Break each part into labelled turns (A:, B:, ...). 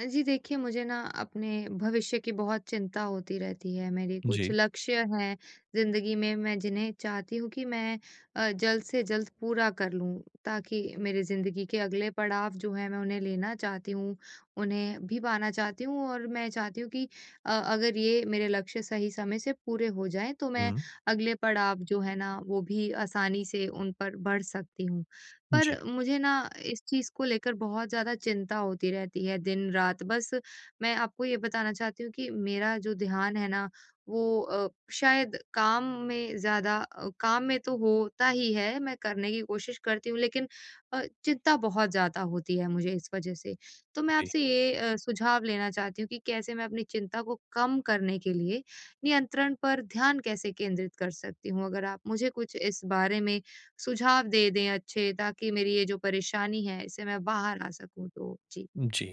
A: जी देखिए, मुझे ना अपने भविष्य की बहुत चिंता होती रहती है। मेरे कुछ
B: जी।
A: लक्ष्य हैं ज़िंदगी में, मैं जिन्हें चाहती हूँ कि मैं जल्द से जल्द पूरा कर लूँ, ताकि मेरी ज़िंदगी के अगले पड़ाव जो हैं, मैं उन्हें लेना चाहती हूँ, उन्हें भी पाना चाहती हूँ और मैं चाहती हूँ कि अगर ये मेरे लक्ष्य सही समय से पूरे हो जाएँ, तो मैं
B: हुँ।
A: अगले पड़ाव जो है ना, वो भी आसानी से उन पर बढ़ सकती हूँ।
B: जी,
A: पर मुझे ना इस चीज़ को लेकर बहुत ज़्यादा चिंता होती रहती है दिन-रात। बस मैं आपको ये बताना चाहती हूँ कि मेरा जो ध्यान है ना वो शायद काम में ज़्यादा काम में तो होता ही है, मैं करने की कोशिश करती हूँ लेकिन चिंता बहुत ज़्यादा होती है मुझे इस वज़ह से। तो मैं
B: जी,
A: आपसे ये सुझाव लेना चाहती हूँ कि कैसे मैं अपनी चिंता को कम करने के लिए नियंत्रण पर ध्यान कैसे केंद्रित कर सकती हूँ? अगर आप मुझे कुछ इस बारे में सुझाव दे दें अच्छे ताकि मेरी ये जो परेशानी है इससे मैं बाहर आ सकूँ तो? जी।
B: जी।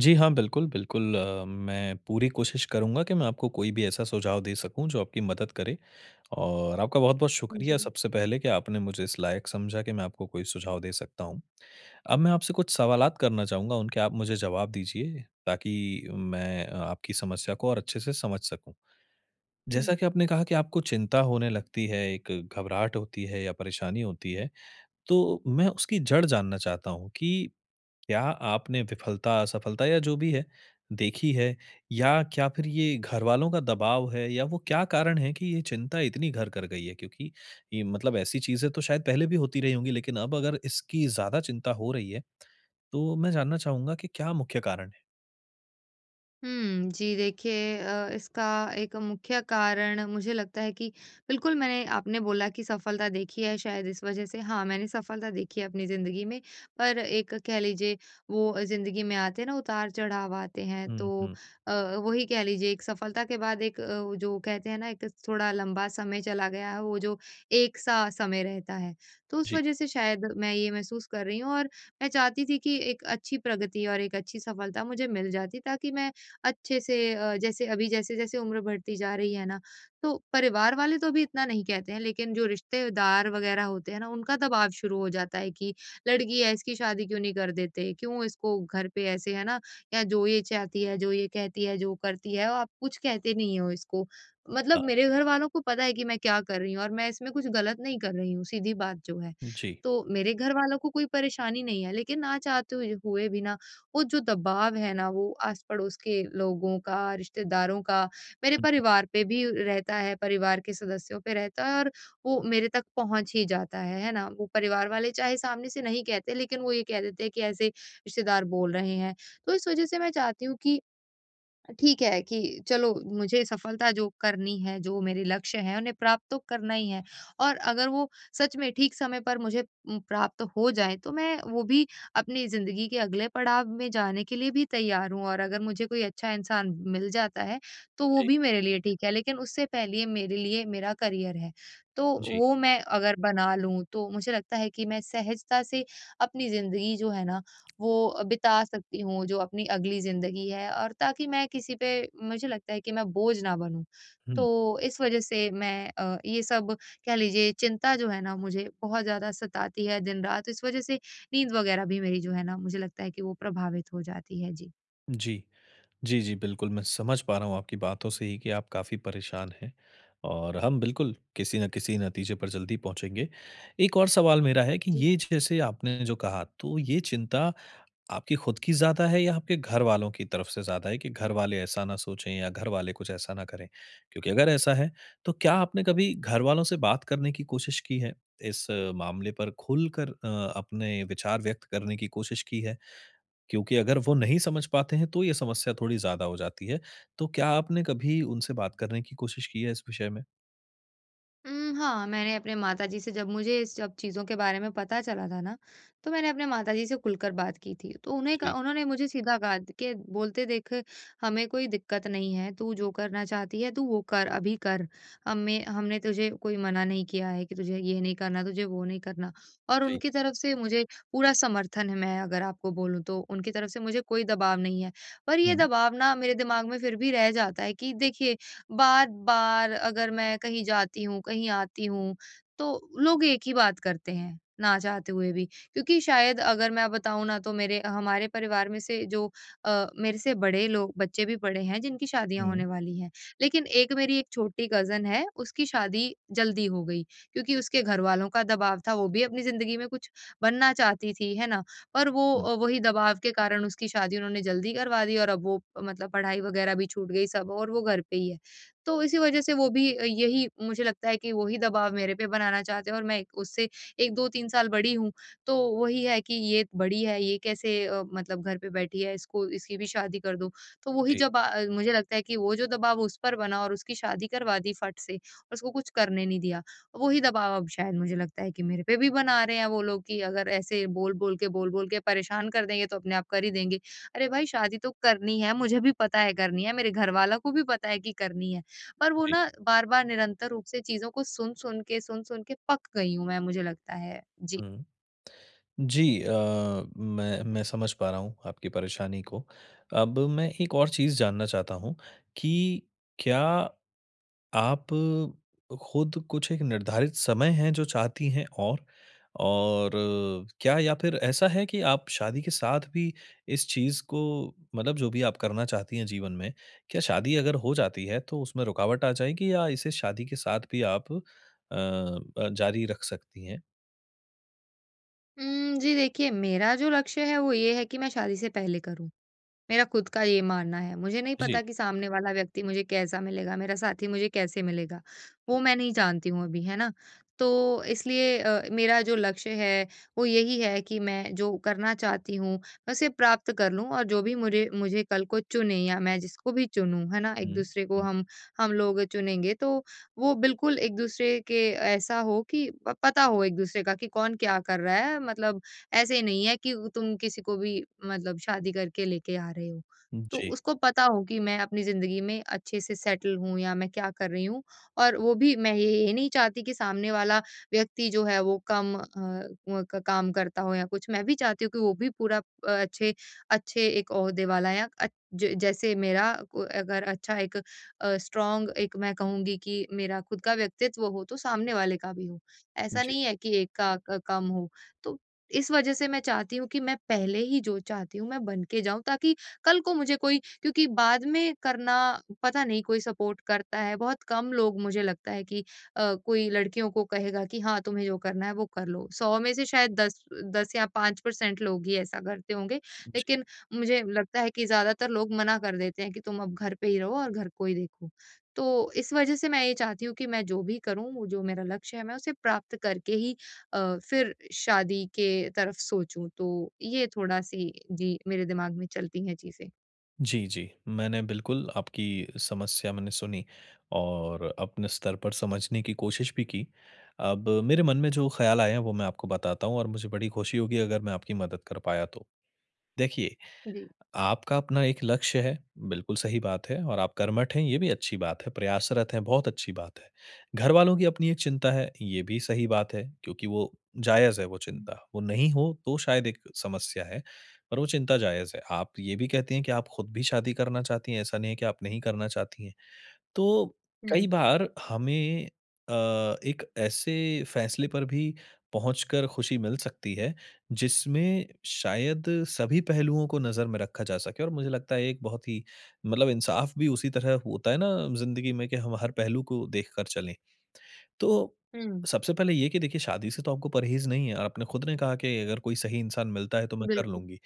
B: जी, हाँ, बिल्कुल, बिल्कुल मैं पूरी कोशिश करूँगा कि मैं आपको कोई भी ऐसा सुझाव दे सकूँ जो आपकी मदद करे और आपका बहुत-बहुत शुक्रिया
A: जी,
B: सबसे पहले कि आपने मुझे इस लायक समझा कि मैं आपको कोई सुझाव दे सकता हूँ। अब मैं आपसे कुछ सवालात करना चाहूँगा, उनके आप मुझे जवाब दीजिए ताकि मैं आपकी समस्या को और अच्छे से समझ सकूँ।
A: हुँ।
B: जैसा कि आपने कहा कि आपको चिंता होने लगती है, एक घबराहट होती है या परेशानी होती है, तो मैं उसकी जड़ जानना चाहता हूँ कि क्या आपने विफलता, असफलता या जो भी है, देखी है या क्या फिर ये घरवालों का दबाव है या वो क्या कारण है कि ये चिंता इतनी घर कर गई है? क्योंकि ये मतलब ऐसी चीज़ें तो शायद पहले भी होती रही होंगी, लेकिन अब अगर इसकी ज़्यादा चिंता हो रही है, तो मैं जानना चाहूँगा कि क्या मुख्य कारण है?
A: हुँ, जी देखिए इसका एक मुख्य कारण मुझे लगता है कि बिल्कुल मैंने आपने बोला कि सफलता देखी है शायद इस वजह से हाँ, मैंने सफलता देखी है अपनी ज़िंदगी में, पर एक कह लीजिए वो ज़िंदगी में आते हैं ना उतार-चढ़ाव आते हैं
B: हुँ,
A: तो
B: हुँ।
A: अ, वही कह लीजिए एक सफलता के बाद एक वो जो कहते हैं ना एक थोड़ा लंबा समय चला गया है, वो जो एक-सा समय रहता है। तो उस
B: जी,
A: वजह से शायद मैं ये महसूस कर रही हूँ और मैं चाहती थी कि एक अच्छी प्रगति और एक अच्छी सफलता मुझे मिल जाती ताकि मैं अच्छे से जैसे अभी जैसे-जैसे उम्र बढ़ती जा रही है ना, तो परिवार वाले तो अभी इतना नहीं कहते हैं, लेकिन जो रिश्तेदार वगैरह होते हैं ना, उनका दबाव शुरू हो जाता है कि लड़की है, इसकी शादी क्यों नहीं कर देते? क्यों इसको घर पे ऐसे है ना, या जो ये चाहती है, जो ये कहती है, जो करती है, आप कुछ कहते नहीं हो इसको। मतलब
B: हाँ,
A: मेरे घर वालों को पता है कि मैं क्या कर रही हूँ और मैं इसमें कुछ गलत नहीं कर रही हूँ, सीधी बात जो है।
B: जी।
A: तो मेरे घर वालों को कोई परेशानी नहीं है, लेकिन ना चाहते हुए हुए भी ना वो जो दबाव है ना वो आस-पड़ोस के लोगों का, रिश्तेदारों का, मेरे
B: हुँ, हुँ।
A: परिवार पे भी रहता है, परिवार के सदस्यों पे रहता है और वो मेरे तक पहुँच ही जाता है ना? वो परिवार वाले चाहे सामने से नहीं कहते लेकिन वो ये कह देते हैं कि ऐसे रिश्तेदार बोल रहे हैं। तो इस वज़ह से मैं चाहती हूँ कि ठीक है कि चलो मुझे सफलता जो करनी है, जो मेरे लक्ष्य हैं उन्हें प्राप्त तो करना ही है और अगर वो सच में ठीक समय पर मुझे प्राप्त हो जाएँ तो मैं वो भी अपनी ज़िंदगी के अगले पड़ाव में जाने के लिए भी तैयार हूँ और अगर मुझे कोई अच्छा इंसान मिल जाता है, तो वो
B: जी,
A: भी मेरे लिए ठीक है लेकिन उससे पहले मेरे लिए मेरा करियर है। तो
B: जी।
A: वो मैं अगर बना लूँ, तो मुझे लगता है कि मैं सहजता से अपनी ज़िंदगी जो है ना वो बिता सकती हूँ, जो अपनी अगली ज़िंदगी है और ताकि मैं किसी पे मुझे लगता है कि मैं बोझ ना बनूँ।
B: हुँ,
A: तो इस वज़ह से मैं ये सब कह लीजिए चिंता जो है ना मुझे बहुत ज़्यादा सताती है दिन-रात, इस वज़ह से नींद वग़ैरह भी मेरी जो है ना मुझे लगता है कि वो प्रभावित हो जाती है। जी।
B: जी। जी, जी, बिल्कुल, मैं समझ पा रहा हूँ आपकी बातों से ही कि आप काफ़ी परेशान हैं और हम बिल्कुल किसी न किसी नतीजे पर जल्दी पहुँचेंगे। एक और सवाल मेरा है कि
A: जी।
B: ये जैसे आपने जो कहा, तो ये चिंता आपकी खुद की ज़्यादा है या आपके घरवालों की तरफ से ज़्यादा है कि घरवाले ऐसा ना सोचें या घरवाले कुछ ऐसा ना करें? क्योंकि अगर ऐसा है, तो क्या आपने कभी घरवालों से बात करने की कोशिश की है? इस मामले पर खुलकर अपने विचार व्यक्त करने की कोशिश की है? क्योंकि अगर वो नहीं समझ पाते हैं तो ये समस्या थोड़ी ज़्यादा हो जाती है। तो क्या आपने कभी उनसे बात करने की कोशिश की है इस विषय में?
A: हाँ, मैंने अपने माताजी से जब मुझे इस सब चीज़ों के बारे में पता चला था ना, तो मैंने अपने माताजी से खुलकर बात की थी। तो उन्हें क
B: जी,
A: उन्होंने मुझे सीधा कहा कि बोलते देख हमें कोई दिक्कत नहीं है, तू जो करना चाहती है तू वो कर, अभी कर। हमें हमने तुझे कोई मना नहीं किया है कि तुझे ये नहीं करना, तुझे वो नहीं करना। और
B: जी।
A: उनकी तरफ से मुझे पूरा समर्थन है मैं अगर आपको बोलूँ तो, उनकी तरफ से मुझे कोई दबाव नहीं है। पर ये
B: हुँ,
A: दबाव ना मेरे दिमाग में फिर भी रह जाता है कि देखिए बार-बार अगर मैं कहीं जाती हूँ, कहीं आती हूँ, तो लोग एक ही बात करते हैं, ना चाहते हुए भी। क्योंकि शायद अगर मैं बताऊँ ना तो मेरे हमारे परिवार में से जो मेरे से बड़े लोग बच्चे भी पड़े हैं जिनकी शादियाँ होने
B: हुँ,
A: वाली हैं। लेकिन एक मेरी एक छोटी कज़िन है, उसकी शादी जल्दी हो गई, क्योंकि उसके घरवालों का दबाव था, वो भी अपनी ज़िंदगी में कुछ बनना चाहती थी, है ना? पर वो
B: हुँ।
A: वही दबाव के कारण उसकी शादी उन्होंने जल्दी करवा दी और अब वो मतलब पढ़ाई वगैरह भी छूट गई सब और वो घर पे ही है। तो इसी वजह से वो भी यही मुझे लगता है कि वही दबाव मेरे पे बनाना चाहते हैं और मैं एक उससे 1-2-3 साल बड़ी हूँ, तो वही है कि ये बड़ी है, ये कैसे मतलब घर पे बैठी है, इसको इसकी भी शादी कर दो। तो वही
B: जी,
A: मुझे लगता है कि वो जो दबाव उस पर बना और उसकी शादी करवा दी फट से और उसको कुछ करने नहीं दिया, वही दबाव अब शायद मुझे लगता है कि मेरे पे भी बना रहे हैं वो लोग कि अगर ऐसे बोल-बोल के परेशान कर देंगे तो अपने आप कर ही देंगे। अरे भाई शादी तो करनी है, मुझे भी पता है करनी है, मेरे घरवालों को भी पता है कि करनी है। पर वो
B: जी,
A: ना बार-बार निरंतर रूप से चीज़ों को सुन-सुन के पक गई हूँ मैं मुझे लगता है। जी।
B: हुँ। जी मैं समझ पा रहा हूँ आपकी परेशानी को। अब मैं एक और चीज़ जानना चाहता हूँ कि क्या आप खुद कुछ एक निर्धारित समय है जो चाहती हैं और क्या या फिर ऐसा है कि आप शादी के साथ भी इस चीज़ को मतलब जो भी आप करना चाहती हैं जीवन में, क्या शादी अगर हो जाती है तो उसमें रुकावट आ जाएगी या इसे शादी के साथ भी आप जारी रख सकती हैं?
A: जी देखिए मेरा जो लक्ष्य है वो ये है कि मैं शादी से पहले करूँ। मेरा खुद का ये मानना है। मुझे नहीं
B: जी।
A: पता कि सामने वाला व्यक्ति मुझे कैसा मिलेगा, मेरा साथी मुझे कैसे मिलेगा, वो मैं नहीं जानती हूँ अभी, है ना? तो इसलिए मेरा जो लक्ष्य है, वो यही है कि मैं जो करना चाहती हूँ, मैं उसे प्राप्त कर लूँ और जो भी मुझे मुझे कल को चुने या मैं जिसको भी चुनूँ, है ना?
B: हुँ,
A: एक-दूसरे को
B: हुँ,
A: हम लोग चुनेंगे, तो वो बिल्कुल एक-दूसरे के ऐसा हो कि प पता हो एक-दूसरे का कि कौन क्या कर रहा है, मतलब ऐसे नहीं है कि तुम किसी को भी मतलब शादी करके लेके आ रहे हो।
B: हुँ।
A: तो
B: जी,
A: उसको पता हो कि मैं अपनी ज़िंदगी में अच्छे से सेटल हूँ या मैं क्या कर रही हूँ और वो भी मैं ये नहीं चाहती कि सामने वाला व्यक्ति जो है वो कम अ, व क काम करता हो या कुछ। मैं भी चाहती हूँ कि वो भी पूरा अच्छे अच्छे एक ओहदे वाला या अ, ज जैसे मेरा को अगर अच्छा एक स्ट्रॉन्ग एक मैं कहूँगी कि मेरा खुद का व्यक्तित्व हो, तो सामने वाले का भी हो। ऐसा
B: जी,
A: नहीं है कि एक का क कम हो। तो इस वजह से मैं चाहती हूँ कि मैं पहले ही जो चाहती हूँ मैं बन के जाऊँ ताकि कल को मुझे कोई क्योंकि बाद में करना पता नहीं कोई सपोर्ट करता है। बहुत कम लोग मुझे लगता है कि कोई लड़कियों को कहेगा कि हाँ, तुम्हें जो करना है वो कर लो। 100 में से शायद 10 10 या 5% लोग ही ऐसा करते होंगे।
B: जी।
A: लेकिन मुझे लगता है कि ज़्यादातर लोग मना कर देते हैं कि तुम अब घर पे ही रहो और घर को ही देखो। तो इस वजह से मैं ये चाहती हूँ कि मैं जो भी करूँ, वो जो मेरा लक्ष्य है मैं उसे प्राप्त करके ही फिर शादी के तरफ सोचूँ, तो ये थोड़ा-सी जी, मेरे दिमाग में चलती हैं चीज़ें।
B: जी, जी। मैंने बिल्कुल आपकी समस्या मैंने सुनी और अपने स्तर पर समझने की कोशिश भी की। अब मेरे मन में जो ख़्याल आए हैं वो मैं आपको बताता हूँ और मुझे बड़ी खुशी होगी अगर मैं आपकी मदद कर पाया तो। देखिए
A: जी।
B: आपका अपना एक लक्ष्य है, बिल्कुल सही बात है और आप कर्मठ हैं, ये भी अच्छी बात है, प्रयासरत हैं, बहुत अच्छी बात है। घरवालों की अपनी एक चिंता है, ये भी सही बात है क्योंकि वो जायज़ है वो
A: हुँ,
B: चिंता, वो नहीं हो तो शायद एक समस्या है, पर वो चिंता जायज़ है। आप ये भी कहती हैं कि आप खुद भी शादी करना चाहती हैं, ऐसा नहीं है कि आप नहीं करना चाहती हैं। तो कई
A: हुँ,
B: बार हमें अ, एक ऐसे फैसले पर भी पहुंचकर खुशी मिल सकती है, जिसमें शायद सभी पहलुओं को नज़र में रखा जा सके और मुझे लगता है एक बहुत ही मतलब इंसाफ भी उसी तरह होता है ना ज़िंदगी में कि हम हर पहलू को देखकर चलें। तो
A: हुँ,
B: सबसे पहले ये कि देखिए शादी से तो आपको परहेज़ नहीं है और आपने खुद ने कहा कि अगर कोई सही इंसान मिलता है तो मैं कर
A: बिल्कुल,
B: लूँगी।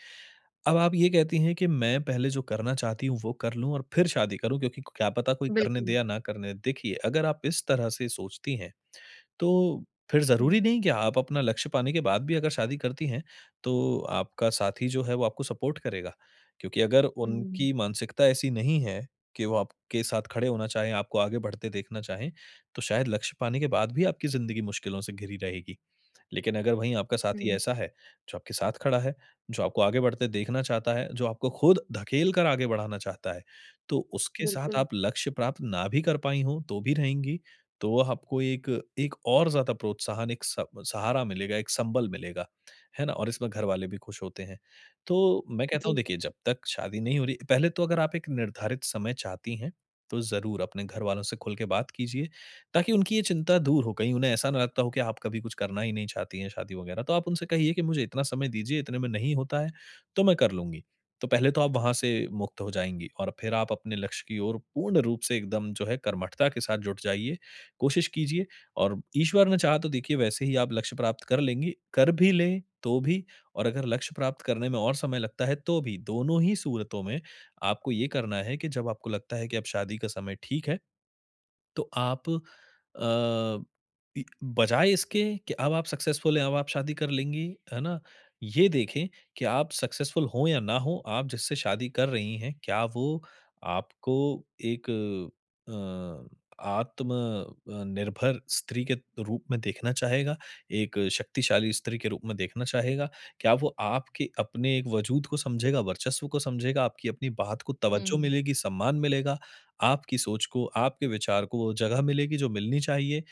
B: अब आप ये कहती हैं कि मैं पहले जो करना चाहती हूँ वो कर लूँ और फिर शादी करूँ क्योंकि क्या पता कोई करने दे
A: बिल्कुल।
B: या ना करने दे। देखिए, अगर आप इस तरह से सोचती हैं, तो फिर
A: हुँ,
B: ज़रूरी नहीं कि आप अपना लक्ष्य पाने के बाद भी अगर शादी करती हैं, तो आपका साथी जो है वो आपको सपोर्ट करेगा। क्योंकि अगर
A: हुँ,
B: उनकी मानसिकता ऐसी नहीं है कि वो आपके साथ खड़े होना चाहें, आपको आगे बढ़ते देखना चाहें, तो शायद लक्ष्य पाने के बाद भी आपकी ज़िंदगी मुश्किलों से घिरी रहेगी। लेकिन अगर वहीं आपका साथी
A: हुँ,
B: ऐसा है, जो आपके साथ खड़ा है, जो आपको आगे बढ़ते देखना चाहता है, जो आपको खुद धकेल कर आगे बढ़ाना चाहता है, तो उसके साथ
A: बिल्कुल।
B: आप लक्ष्य प्राप्त ना भी कर पाई हों, तो भी रहेंगी, तो वह आपको एक एक और ज़्यादा प्रोत्साहन, एक स सहारा मिलेगा, एक संबल मिलेगा, है ना? और इसमें घरवाले भी खुश होते हैं। तो मैं कहता हूँ
A: जी।
B: देखिए, जब तक शादी नहीं हो रही पहले तो अगर आप एक निर्धारित समय चाहती हैं, तो ज़रूर अपने घरवालों से खुल के बात कीजिए। ताकि उनकी ये चिंता दूर हो, कहीं उन्हें ऐसा ना लगता हो कि आप कभी कुछ करना ही नहीं चाहती हैं शादी वगैरह। तो आप उनसे कहिए कि मुझे इतना समय दीजिए, इतने में नहीं होता है, तो मैं कर लूँगी। तो पहले तो आप वहाँ से मुक्त हो जाएँगी और फिर आप अपने लक्ष्य की ओर पूर्ण रूप से एकदम जो है कर्मठता के साथ जुट जाइए, कोशिश कीजिए और ईश्वर ने चाहा तो देखिए वैसे ही आप लक्ष्य प्राप्त कर लेंगी, कर भी लें तो भी और अगर लक्ष्य प्राप्त करने में और समय लगता है तो भी, दोनों ही सूरतों में आपको ये करना है कि जब आपको लगता है कि अब शादी का समय ठीक है तो आप अ, इ बजाए इसके कि अब आप सक्सेसफुल हैं, अब आप शादी कर लेंगी, है ना? ये देखें कि आप सक्सेसफुल हो या ना हो, आप जिससे शादी कर रही हैं, क्या वो आपको एक अ, आत्म निर्भर स्त्री के रूप में देखना चाहेगा, एक शक्तिशाली स्त्री के रूप में देखना चाहेगा? क्या वो आपके अपने एक वजूद को समझेगा, वर्चस्व को समझेगा, आपकी अपनी बात को तवज्जो
A: हुँ।
B: मिलेगी, सम्मान मिलेगा? आपकी सोच को, आपके विचार को वो जगह मिलेगी जो मिलनी चाहिए।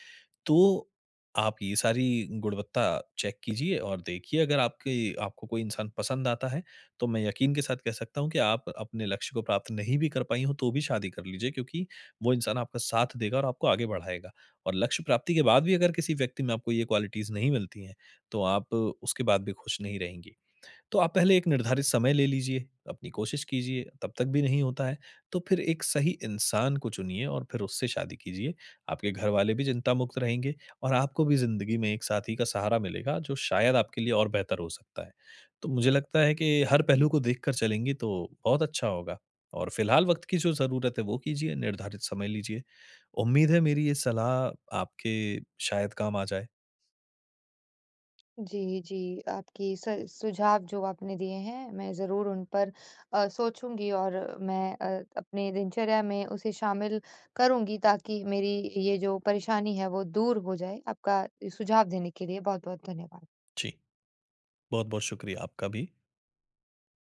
B: तो आप ये सारी गुणवत्ता चेक कीजिए और देखिए अगर आपकी आपको कोई इंसान पसंद आता है, तो मैं यकीन के साथ कह सकता हूँ कि आप अपने लक्ष्य को प्राप्त नहीं भी कर पाई हो तो भी शादी कर लीजिए क्योंकि वो इंसान आपका साथ देगा और आपको आगे बढ़ाएगा। और लक्ष्य प्राप्ति के बाद भी अगर किसी व्यक्ति में आपको ये क्वालिटीज़ नहीं मिलती हैं, तो आप उसके बाद भी खुश नहीं रहेंगी। तो आप पहले एक निर्धारित समय ले लीजिए, अपनी कोशिश कीजिए, तब तक भी नहीं होता है, तो फिर एक सही इंसान को चुनिए और फिर उससे शादी कीजिए। आपके घरवाले भी चिंता मुक्त रहेंगे और आपको भी ज़िंदगी में एक साथी का सहारा मिलेगा, जो शायद आपके लिए और बेहतर हो सकता है। तो मुझे लगता है कि हर पहलू को देखकर चलेंगी तो बहुत अच्छा होगा और फिलहाल वक़्त की जो ज़रूरत है, वो कीजिए, निर्धारित समय लीजिए। उम्मीद है मेरी ये सलाह आपके शायद काम आ जाए।
A: जी, जी, आपकी स सुझाव जो आपने दिए हैं, मैं ज़रूर उन पर सोचूँगी और मैं अपने दिनचर्या में उसे शामिल करूँगी ताकि मेरी ये जो परेशानी है, वो दूर हो जाए। आपका सुझाव देने के लिए बहुत-बहुत धन्यवाद।
B: जी, बहुत-बहुत शुक्रिया आपका भी।